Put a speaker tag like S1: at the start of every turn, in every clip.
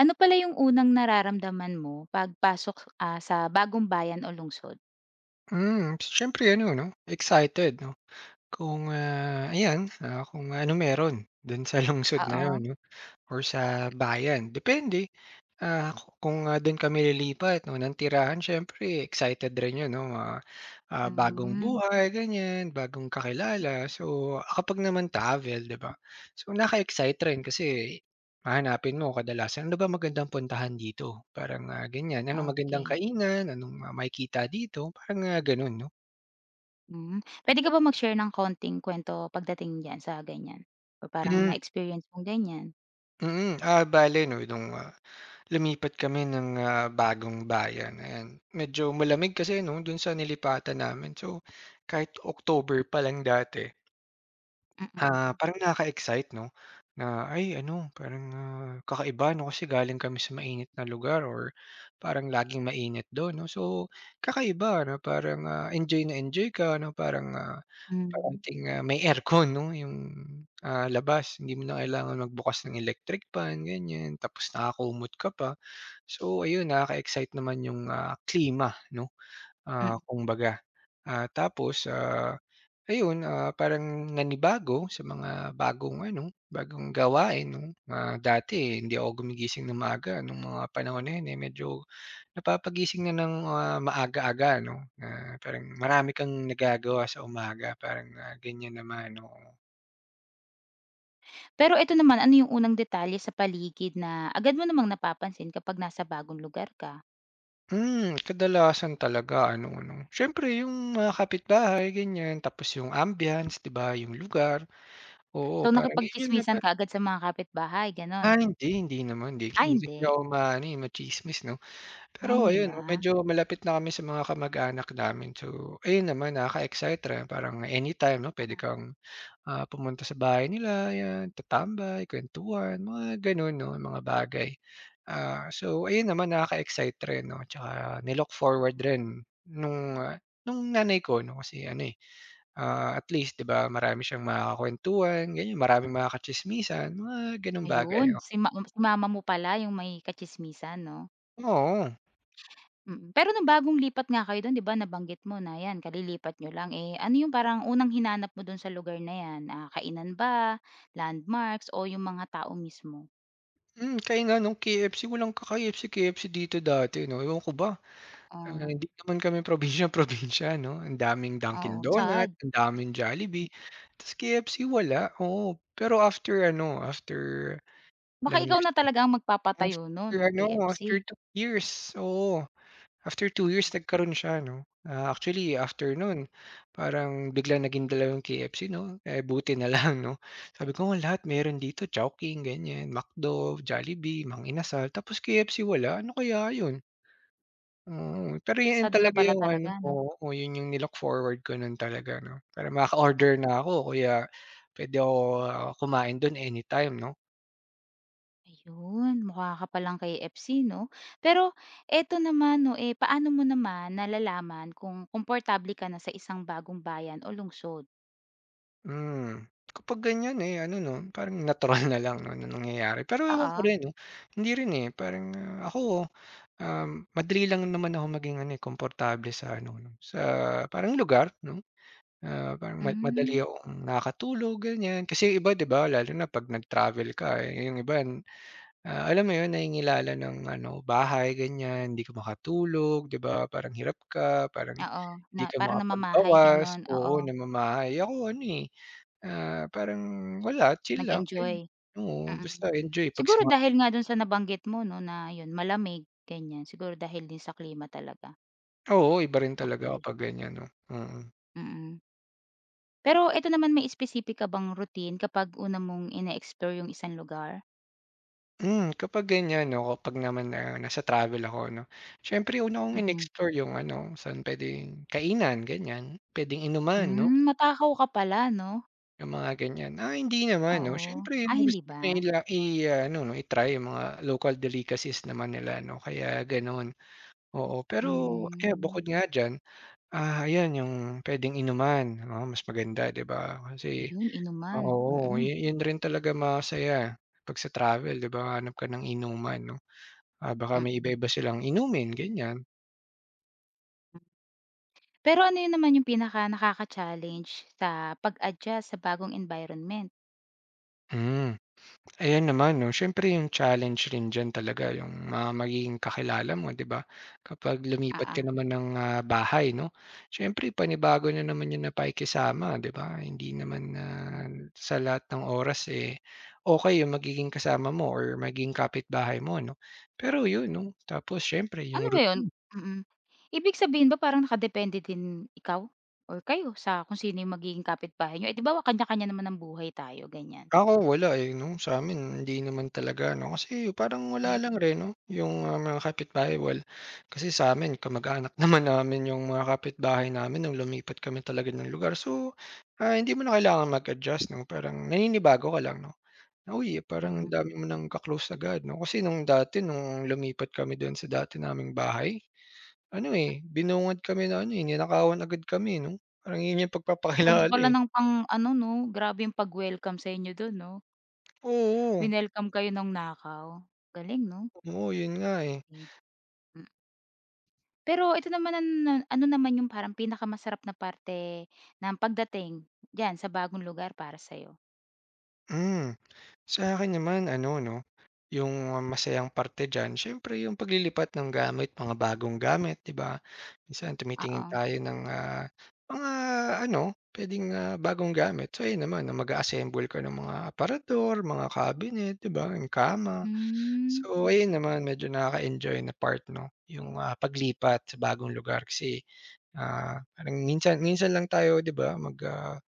S1: Ano pala yung unang nararamdaman mo pagpasok, sa bagong bayan o lungsod?
S2: Siyempre ano 'no, excited 'no, kung, ayan, kung ano meron dun sa lungsod na
S1: Oo,
S2: yun 'no or sa bayan, depende. Kung dun kami lilipat 'no ng tirahan siyempre excited rin yun 'no, bagong
S1: hmm.
S2: buhay ganyan, bagong kakilala. So, kapag naman travel 'di ba, so nakaka-excite rin kasi hahanapin mo kadalasan, "Ano ba magandang puntahan dito?" Parang, ganyan. "Anong magandang
S1: Okey,
S2: kainan, anong makikita dito?" Parang, ganun 'no.
S1: hmm. Puwede ka ba mag-share ng konting kwento pagdating diyan sa ganiyan o parang
S2: Hmm,
S1: na-experience mong ganiyan?
S2: mm. Bale 'no nung, lumipat kami ng, bagong bayan, ayan. Medyo malamig kasi 'no, dun sa nilipatan namin. So, kahit October pa lang dati.
S1: Mm,
S2: Parang nakaka-excite 'no, na ay ano parang, kakaiba 'no, kasi galing kami sa mainit na lugar or parang laging mainit dun 'no. So, kakaiba na parang, enjoy na enjoy ka na parang,
S1: hmm,
S2: kaunting, may aircon 'no, yung, labas hindi mo na kailangan magbukas ng electric fan ganyan, tapos nakakumot ka pa. So ayun, nakaka-excite naman yung, klima 'no.
S1: mm.
S2: Kumbaga. Tapos, ayun, parang nanibago sa mga bagong ano, bagong gawain 'no. Dati hindi ako gumigising ng maaga nung mga panahon na yun, eh, medyo napapagising na ng, maaga-aga 'no, na parang marami kang nagagawa sa umaga parang, ganyan naman, oo.
S1: Pero ito naman, ano yung unang detalye sa paligid na agad mo namang napapansin kapag nasa bagong lugar ka?
S2: Kadalasan talaga ano 'no, siyempre yung mga kapitbahay ganyan, tapos yung ambience 'di ba, yung lugar, oo
S1: So,
S2: parang yun yung napa.
S1: nakipagtsismisan ka agad sa mga kapitbahay gano'n?
S2: Hindi, hindi naman. Hindi
S1: Ay
S2: hindi kasi
S1: hindi,
S2: ako maano, eh, matsismis 'no.
S1: ay
S2: Pero
S1: hindi
S2: ayun
S1: ba?
S2: 'no, medyo malapit na kami sa mga kamag-anak namin. So, ayun naman nakaka-excite rin parang anytime 'no, puwede kang, pumunta sa bahay nila, 'yan, tatambay, kuwentuhan, mga gano'n 'no, mga bagay. So ayun naman nakaka-excite rin 'no, tsaka ni-look forward rin nung, ah, nung nanay ko 'no, kasi ano, eh, at least 'di ba marami siyang makakakuwentuhan, ganyan, maraming makakatsismisan, mga gano'ng bagay,
S1: Ayun,
S2: oo.
S1: si mama mo pala yung may katsismisan 'no?
S2: Oo.
S1: Mm. Pero nung bagong lipat nga kayo dun 'di ba nabanggit mo na yan kalilipat nyo lang, eh, ano yung parang unang hinanap mo dun sa lugar na yan? Kainan ba, landmarks o yung mga tao mismo?
S2: Kainan nung KFC walang ka-KFC, KFC dito dati 'no, ewan ko ba,
S1: Oh,
S2: hindi naman kami probinsiya-probinsiya 'no, ang daming Dunkin'
S1: oo,
S2: Donut,
S1: sad.
S2: ang daming Jollibee, ta's KFC wala, oo. Pero after
S1: Baka
S2: ilang
S1: ikaw
S2: years,
S1: na talaga ang magpapatayo nun ng
S2: after
S1: KFC.
S2: 2 years, oo. After 2 years nagkaroon siya 'no. Actually after no'n parang bigla naging dalawang KFC 'no, eh, buti na lang 'no. Sabi ko nga lahat meron dito Chowking ganyan, McDo, Jollibee, Mang Inasal, tapos KFC wala, ano kaya 'yun? Oo, pero 'yun
S1: Na-sad ka
S2: talaga
S1: pala
S2: 'yung
S1: talaga
S2: ano
S1: 'no?
S2: oo, oo, 'yun 'yung ni-look forward ko no'n talaga 'no, para
S1: Mm.
S2: maka-order na ako o puwede ako kumain do'n anytime 'no.
S1: Ayun, mukha ka pa lang kay FC 'no? Pero eto naman 'no, eh, paano mo naman nalalaman kung komportable ka na sa isang bagong bayan o lungsod?
S2: Hmm, Kapag ganyan, eh, ano 'no, parang natural na lang 'no, na nangyayari. Pero ewan ko
S1: Oo.
S2: rin 'no, hindi rin, eh, parang, ako, um, madali lang naman ako maging ano, eh, komportable sa ano 'no, sa parang lugar 'no, parang ma
S1: Hmm,
S2: madali akong nakakatulog ganyan. Kasi yung iba 'di ba, lalo na 'pag nag-travel ka, eh, yung iba, alam mo yun, nahingilala ng ano, bahay ganyan, hindi ka makatulog 'di ba, parang hirap ka, parang
S1: oo,
S2: hindi
S1: na
S2: ka
S1: parang namamahay
S2: makapagbawas,
S1: gano'n, oo,
S2: oo, namamahay. Ako ano, eh. Parang wala, chill lang,
S1: nag-enjoy,
S2: ganyan. Oo,
S1: mm.
S2: basta enjoy 'pag sa
S1: Siguro
S2: mga.
S1: dahil nga do'n sa nabanggit mo 'no, na 'yun malamig ganiyan, siguro dahil din sa klima talaga.
S2: Oo, iba rin talaga ako
S1: Okay,
S2: 'pag ganyan 'no, mm.
S1: mm. Pero eto naman, may specific ka bang routine kapag una mong ine-explore yung isang lugar?
S2: Kapag ganyan 'no, kapag naman na nasa travel ako 'no, siyempre una kong
S1: Mm.
S2: in-explore yung ano, saan puwedeng kainan, ganyan, puwedeng inuman 'no,
S1: Hmm, matakaw ka pala 'no?
S2: yung mga ganyan. Hindi naman 'no,
S1: Oo.
S2: siyempre
S1: Ah,
S2: yung gusto
S1: hindi
S2: ko
S1: ba?
S2: ila i-ano 'no, i-try yung mga local delicacies naman nila 'no, kaya gano'n. Oo, pero ayan, bukod
S1: Hmm,
S2: nga diyan. Ayan yung puwedeng inuman, oo, mas maganda, 'di ba? Kasi
S1: ayun inuman,
S2: oo,
S1: mm,
S2: yun rin talaga masaya 'pag sa travel, 'di ba, hahanap ka ng inuman, 'no? Baka may
S1: mm.
S2: iba-iba silang inumin, ganiyan.
S1: Pero ano yun naman yung pinaka nakaka-challenge sa pag-adjust sa bagong environment?
S2: Hmm. Ayan naman 'no, siyempre yung challenge rin diyan talaga yung mga magiging kakilala mo, 'di ba? Kapag lumipat
S1: Oo,
S2: ka naman ng, bahay 'no, siyempre panibago na naman yun na pakikisama, 'di ba? Hindi naman na
S1: mm.
S2: sa lahat ng oras, eh, okey yung magiging kasama mo or magiging kapitbahay mo 'no. Pero yun 'no, tapos siyempre
S1: Ano
S2: yung
S1: ba yun?
S2: routine.
S1: Mm. Ibig sabihin ba parang nakadepende din ikaw or kayo sa kung sino yung magiging kapitbahay niyo? Eh, 'di ba kanya-kanya naman ng buhay tayo, ganyan.
S2: Ako wala, eh, 'no, sa'min hindi naman talaga, 'no, kasi parang wala lang rin, 'no, yung, mga kapitbahay kasi sa'min kamag-anak naman namin yung mga kapitbahay namin nung lumipat kami talaga ng lugar. So, hindi mo na kailangan mag-adjust, 'no, parang naninibago ka lang, 'no, na, "Uy, eh, parang ang
S1: Mm.
S2: dami mo ng ka-close agad," 'no, kasi nung dati nung lumipat kami do'n sa dati naming bahay, ano, eh, binungad kami na ano, eh, ninakawan agad kami, 'no, parang 'yun yung
S1: Ganda
S2: pagpapakilala,
S1: pala
S2: eh.
S1: ng pang ano 'no, grabe yung pag-welcome sa inyo dun 'no?
S2: Oo,
S1: Winelcome kayo ng nakaw, galing 'no?
S2: oo, yun nga, eh.
S1: Eh, hmm. Pero ito naman an na ano naman yung parang pinakamasarap na parte ng pagdating diyan sa bagong lugar para sa'yo?
S2: Hmm, Sa'kin naman ano 'no, yung masayang parte diyan siyempre yung paglilipat ng gamit, mga bagong gamit 'di ba? Minsan tumitingin
S1: Oo,
S2: tayo ng, mga ano puwedeng, bagong gamit. So ayun naman mag assemble ka ng mga aparador, mga cabinet 'di ba, yung kama.
S1: hmm,
S2: So ayun
S1: mm.
S2: naman medyo nakaka-enjoy na part 'no, yung, paglipat sa bagong lugar kasi, parang minsan minsan lang tayo 'di ba mag,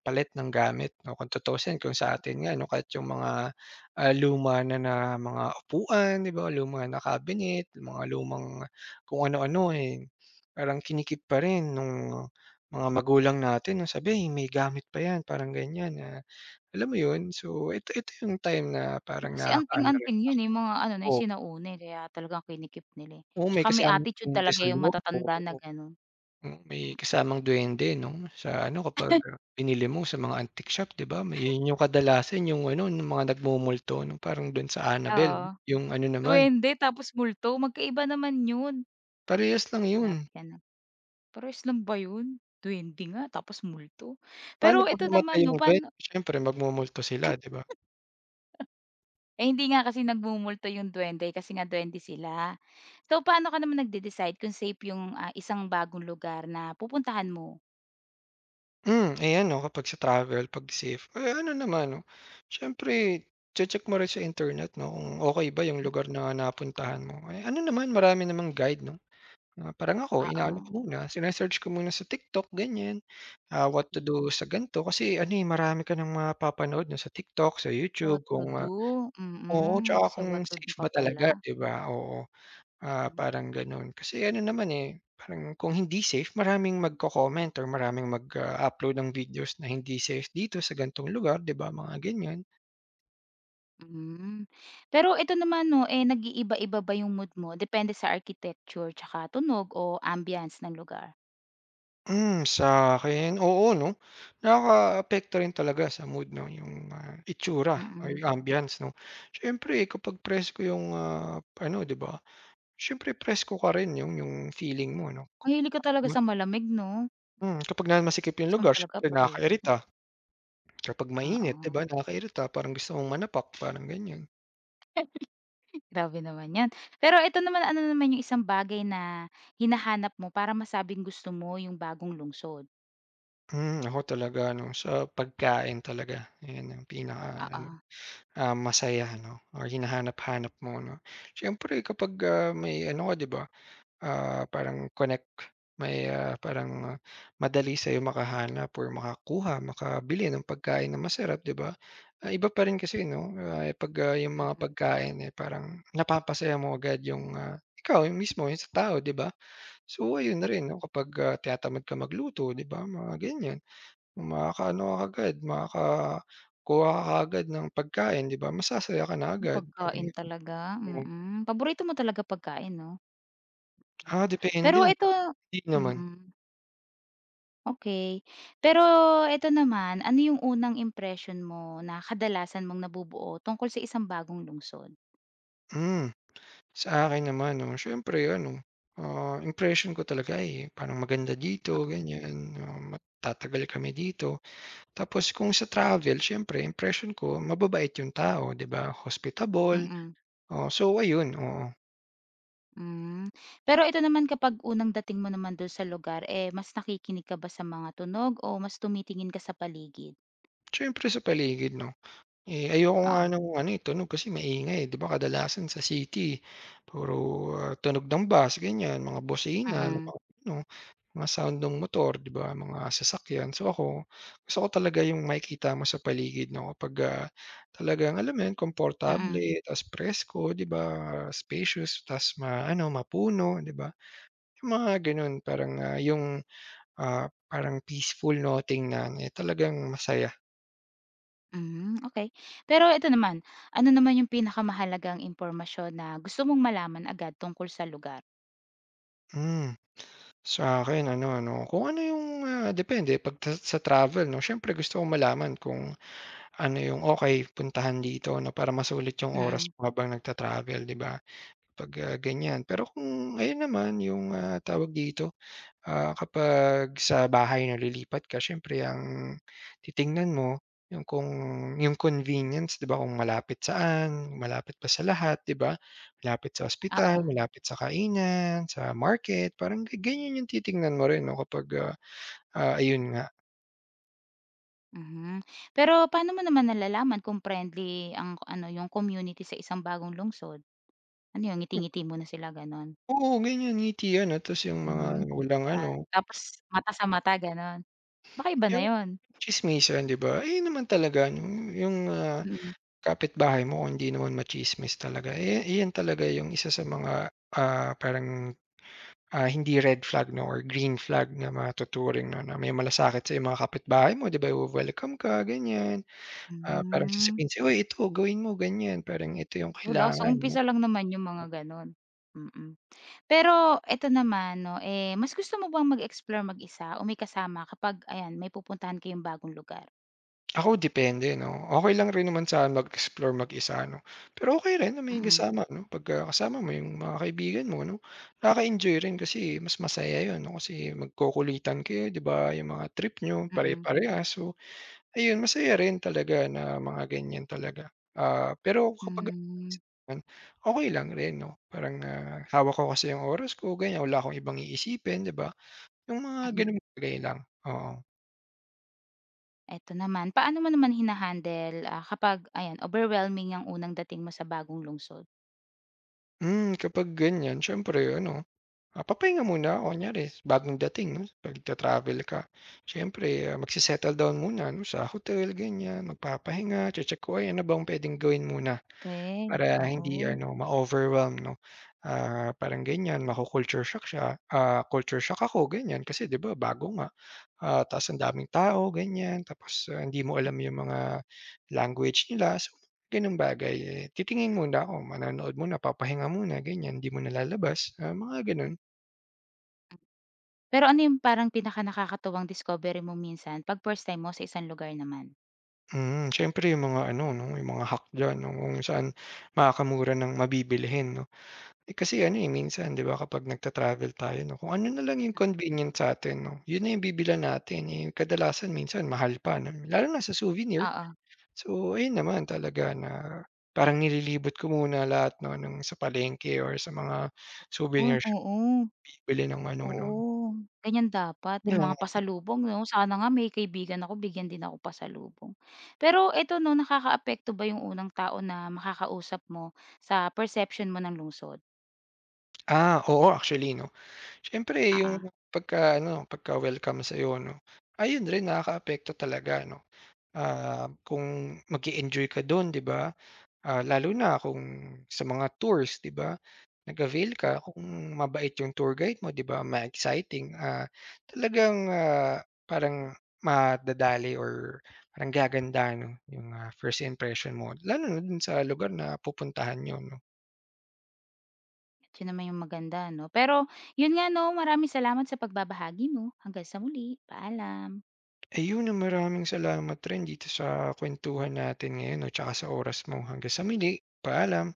S2: palit ng gamit 'no, kung tutuusin kung sa atin nga 'no, kahit yung mga, luma na na mga upuan 'di ba, luma na cabinet, mga lumang kung ano-ano, eh, parang kinikip pa rin nung mga magulang natin 'no, sabi, "Ay, May gamit pa 'yan," parang ganyan na alam mo yun? So ito ito yung time na parang
S1: Kasi
S2: nakakaano rin.
S1: anting-anting yun, eh, mga ano na yung
S2: Oo,
S1: sinauna, eh, kaya talagang kinikip nila, eh.
S2: oo, may
S1: Tsaka may
S2: kasama
S1: attitude
S2: din
S1: talaga
S2: sa
S1: yung
S2: loob,
S1: matatanda na
S2: oo.
S1: gano'n,
S2: May
S1: mm.
S2: kasamang duwende 'no, sa ano kapag, binili mo sa mga antique shop 'di ba, may yun yung kadalasan yung ano nung mga nagmumulto 'no, parang dun sa Annabelle,
S1: Oo,
S2: yung ano naman,
S1: duwende tapos multo magkaiba naman yun,
S2: parehas lang yun.
S1: grabe ka na. Parehas lang ba yun? Duwende nga tapos multo.
S2: Paano
S1: Pero
S2: 'pag
S1: ito
S2: namatay
S1: naman 'no,
S2: yung vet,
S1: paano.
S2: siyempre magmumulto sila 'di ba?
S1: Eh, hindi nga kasi nagmumulto yung duwende kasi nga duwende sila. So, paano ka naman nagde-decide kung safe yung, isang bagong lugar na pupuntahan mo?
S2: Ayan 'no, kapag sa travel, 'pag safe, eh, ano naman 'no, siyempre check mo rin sa internet 'no, kung okey ba yung
S1: Hmm,
S2: lugar na napuntahan mo. Eh, ano naman marami namang guide 'no. Parang ako inaano
S1: oo,
S2: ko muna, sine ko muna sa TikTok ganyan, what to
S1: mm.
S2: do sa ganito kasi ano, eh, marami ka ng mapapanood 'no sa TikTok, sa
S1: What
S2: YouTube
S1: to
S2: kung,
S1: do,
S2: oo,
S1: mm.
S2: tsaka
S1: Si
S2: kung
S1: what to do
S2: safe
S1: ka
S2: ba talaga
S1: pala,
S2: 'di ba, oo.
S1: mm.
S2: Parang gano'n kasi ano naman, eh, parang kung hindi safe maraming magko-comment or maraming mag, upload ng videos na hindi safe dito sa gantong lugar 'di ba, mga ganyan.
S1: Hmm. Pero ito naman 'no, eh, nag-iiba-iba ba yung mood mo depende sa architecture tsaka tunog o ambience ng lugar?
S2: Sa'kin, oo 'no. Nakakaapekto rin talaga sa mood 'no, yung, itsura or
S1: Mm.
S2: yung ambience 'no. Siyempre eh, kapag presko yung, ano 'di ba, siyempre presko ka rin yung feeling mo 'no.
S1: Mahilig ka talaga sa malamig 'no?
S2: Kapag na masikip yung
S1: Gusto mo
S2: lugar
S1: talaga
S2: siyempre
S1: presko,
S2: nakakairita. Kapag mainit 'di ba,
S1: oo.
S2: nakakairita parang gusto mong manapak, parang ganyan.
S1: Grabe naman 'yan. Pero ito naman, ano naman yung isang bagay na hinahanap mo para masabing gusto mo yung bagong lungsod?
S2: Ako talaga no sa pagkain talaga, ayan ang pinaka-ano,
S1: Oo,
S2: masaya 'no or hinahanap-hanap mo 'no. Siyempre kapag, may ano ka 'di ba. Parang connect, may, parang madali sa'yo makahanap or makakuha, makabili ng pagkain na masarap, 'di ba? Iba pa rin kasi 'no, eh, 'pag, yung
S1: mm,
S2: mga
S1: mm.
S2: pagkain, eh, parang napapasaya mo agad yung, ikaw yung mismo, yung sa tao, 'di ba? So, ayun na rin 'no, kapag, tinatamad ka magluto, 'di ba, mga ganyan. Makakaano ka agad, makakakuha ka kaagad ng pagkain, 'di ba? Masasaya ka na agad, parang.
S1: Pagkain talaga, mm. Paborito mo talaga pagkain 'no? Hmm.
S2: Depende,
S1: Pero ito
S2: hindi naman.
S1: mm, okey. Pero ito naman, ano yung unang impression mo na kadalasan mong nabubuo tungkol sa isang bagong lungsod?
S2: Hmm. Sa akin naman 'no, siyempre ano, impression ko talaga, eh, parang maganda dito
S1: Oo,
S2: ganyan, matatagal kami dito. Tapos kung sa travel siyempre impression ko mababait yung tao 'di ba, hospitable,
S1: mm.
S2: oh, so ayun, oo.
S1: Hmm, pero ito naman kapag unang dating mo naman dun sa lugar, eh, mas nakikinig ka ba sa mga tunog o mas tumitingin ka sa paligid?
S2: Siyempre sa paligid 'no, eh, ayoko nga
S1: Oo,
S2: nung ano, eh, tunog kasi maingay, eh, 'di ba kadalasan sa city puro, tunog ng bus ganyan, mga busina
S1: mm,
S2: 'no. Mga sound ng motor, 'di ba, mga sasakyan. So ako, gusto ko talaga yung makikita mo sa paligid 'no, kapag, talagang alam mo yun,
S1: mm,
S2: komportable ta's presko, 'di ba, spacious ta's ma ano mapuno, 'di ba? Yung mga gano'n parang, yung, parang peaceful no, tingnan, eh, talagang masaya.
S1: hmm, okay. Pero ito naman, ano naman yung pinakamahalagang impormasyon na gusto mong malaman agad tungkol sa lugar?
S2: Hmm, Sa'kin ano ano kung ano yung, depende 'pag ta sa travel 'no, siyempre gusto ko malaman kung ano yung okay puntahan dito 'no, para masulit yung oras
S1: Mm,
S2: mo habang nagta-travel, 'di ba? 'Pag, ganyan. Pero kung ayun naman yung, tawag dito, kapag sa bahay na lilipat ka siyempre ang titingnan mo yung kung yung convenience 'di ba, kung malapit saan, malapit pa sa lahat 'di ba? Malapit sa
S1: oo,
S2: ospital, malapit sa kainan, sa market, parang ganyan yung titingnan mo rin 'no kapag, ayun nga.
S1: mhm. Pero paano mo naman nalalaman kung friendly ang ano, yung community sa isang bagong lungsod? Ano yun, ngiti-ngiti muna sila, gano'n?
S2: Oo, ganyan ngiti ano ta's yung mga
S1: Hmm,
S2: walang ano,
S1: yan. Tapos mata sa mata, gano'n? Baka iba na
S2: yung
S1: yun.
S2: tsismisan 'di ba? Ayun naman talaga yung,
S1: Mm,
S2: kapitbahay mo kung hindi naman machismis talaga, eh, iyan talaga yung isa sa mga, parang, hindi red flag 'no or green flag na matuturing 'no na may malasakit sa mga kapitbahay mo 'di ba, iwe-welcome ka ganyan. Parang
S1: hmm.
S2: sasabihin sa'yo, "Uy ito gawin mo ganyan, parang ito yung
S1: Wala, sa
S2: kailangan."
S1: umpisa lang naman yung mga gano'n, mm. Pero eto naman 'no, eh, mas gusto mo bang mag-explore mag-isa o may kasama kapag ayan, may pupuntahan kayong bagong lugar?
S2: Ako depende 'no. Okay lang rin naman sa'kin mag-explore mag-isa 'no, pero okay rin na may
S1: Mm,
S2: kasama 'no, 'pagka kasama mo yung mga kaibigan mo 'no. Nakaka-enjoy rin kasi mas masaya yun 'no, kasi magkukulitan kayo 'di ba, yung mga trip nyo
S1: mm,
S2: pare-parehas. So ayun, masaya rin talaga na mga ganyan talaga. Pero kapag
S1: hmm,
S2: naman, okay lang rin 'no, parang, hawak ko kasi yung oras ko ganyan, wala akong ibang iisipin 'di ba, yung mga
S1: mm.
S2: gano'ng bagay lang, oo.
S1: Eto naman, paano mo naman hina-handle, kapag ayan, overwhelming ang unang dating mo sa bagong lungsod?
S2: Kapag ganyan siyempre ano. Papahinga muna, kunyari bagong dating 'no, pag travel ka. Siyempre, magse down muna 'no, sa hotel ganyan, magpapahinga, che-check ko, "Ay ano bang puwedeng gawin muna?"
S1: Din,
S2: Para hindi
S1: oo.
S2: ano, ma-overwhelm 'no. Parang ganyan, maku-culture shock siya, culture shock ako ganyan, kasi 'di ba bago nga. Ta's ang daming tao ganyan, tapos, hindi mo alam yung mga language nila, so gano'ng bagay. Eh, titingin muna ako, manonood muna, papahinga muna ganyan, 'di mo nalalabas, mga gano'n.
S1: Pero ano yung parang pinakanakakatuwang discovery mo minsan 'pag first time mo sa isang lugar naman?
S2: Siyempre yung mga ano 'no, yung mga hack diyan 'no, kung saan makakamura ng mabibilhin 'no. Eh, kasi ano, eh, minsan 'di ba kapag nagta-travel tayo 'no, kung ano na lang yung convenient sa'tin 'no, yun na yung bibilhan natin, eh, kadalasan minsan mahal pa 'no, lalo na sa souvenir.
S1: Oo,
S2: So, ayun naman talaga na parang nililibot ko muna lahat 'no ng sa palengke or sa mga
S1: un
S2: souvenir shop
S1: oo.
S2: bibili ng ano 'no.
S1: Oo, ganyan dapat yung
S2: Yeah.
S1: mga pasalubong 'no, sana nga may kaibigan ako bigyan din ako pasalubong. Pero eto 'no, nakakaapekto ba yung unang tao na makakausap mo sa perception mo ng lungsod?
S2: Oo, actually 'no. Siyempre yung
S1: Oo,
S2: pagka ano, pagka-welcome sa'yo 'no, ayun rin nakakaapekto talaga 'no. Kung mag enjoy ka dun 'di ba, lalo na kung sa mga tours 'di ba, nag-avail ka kung mabait yung tour guide mo 'di ba, ma-exciting, talagang, parang madadali or parang gaganda 'no yung, first impression mo lalo na dun sa lugar na pupuntahan niyo 'no.
S1: yun naman yung maganda 'no. Pero yun nga 'no, maraming salamat sa pagbabahagi mo. Hanggang sa muli, paalam.
S2: Ayun na maraming salamat rin dito sa kuwentuhan natin ngayon 'no, tsaka sa oras mo. Hanggang sa muli, paalam.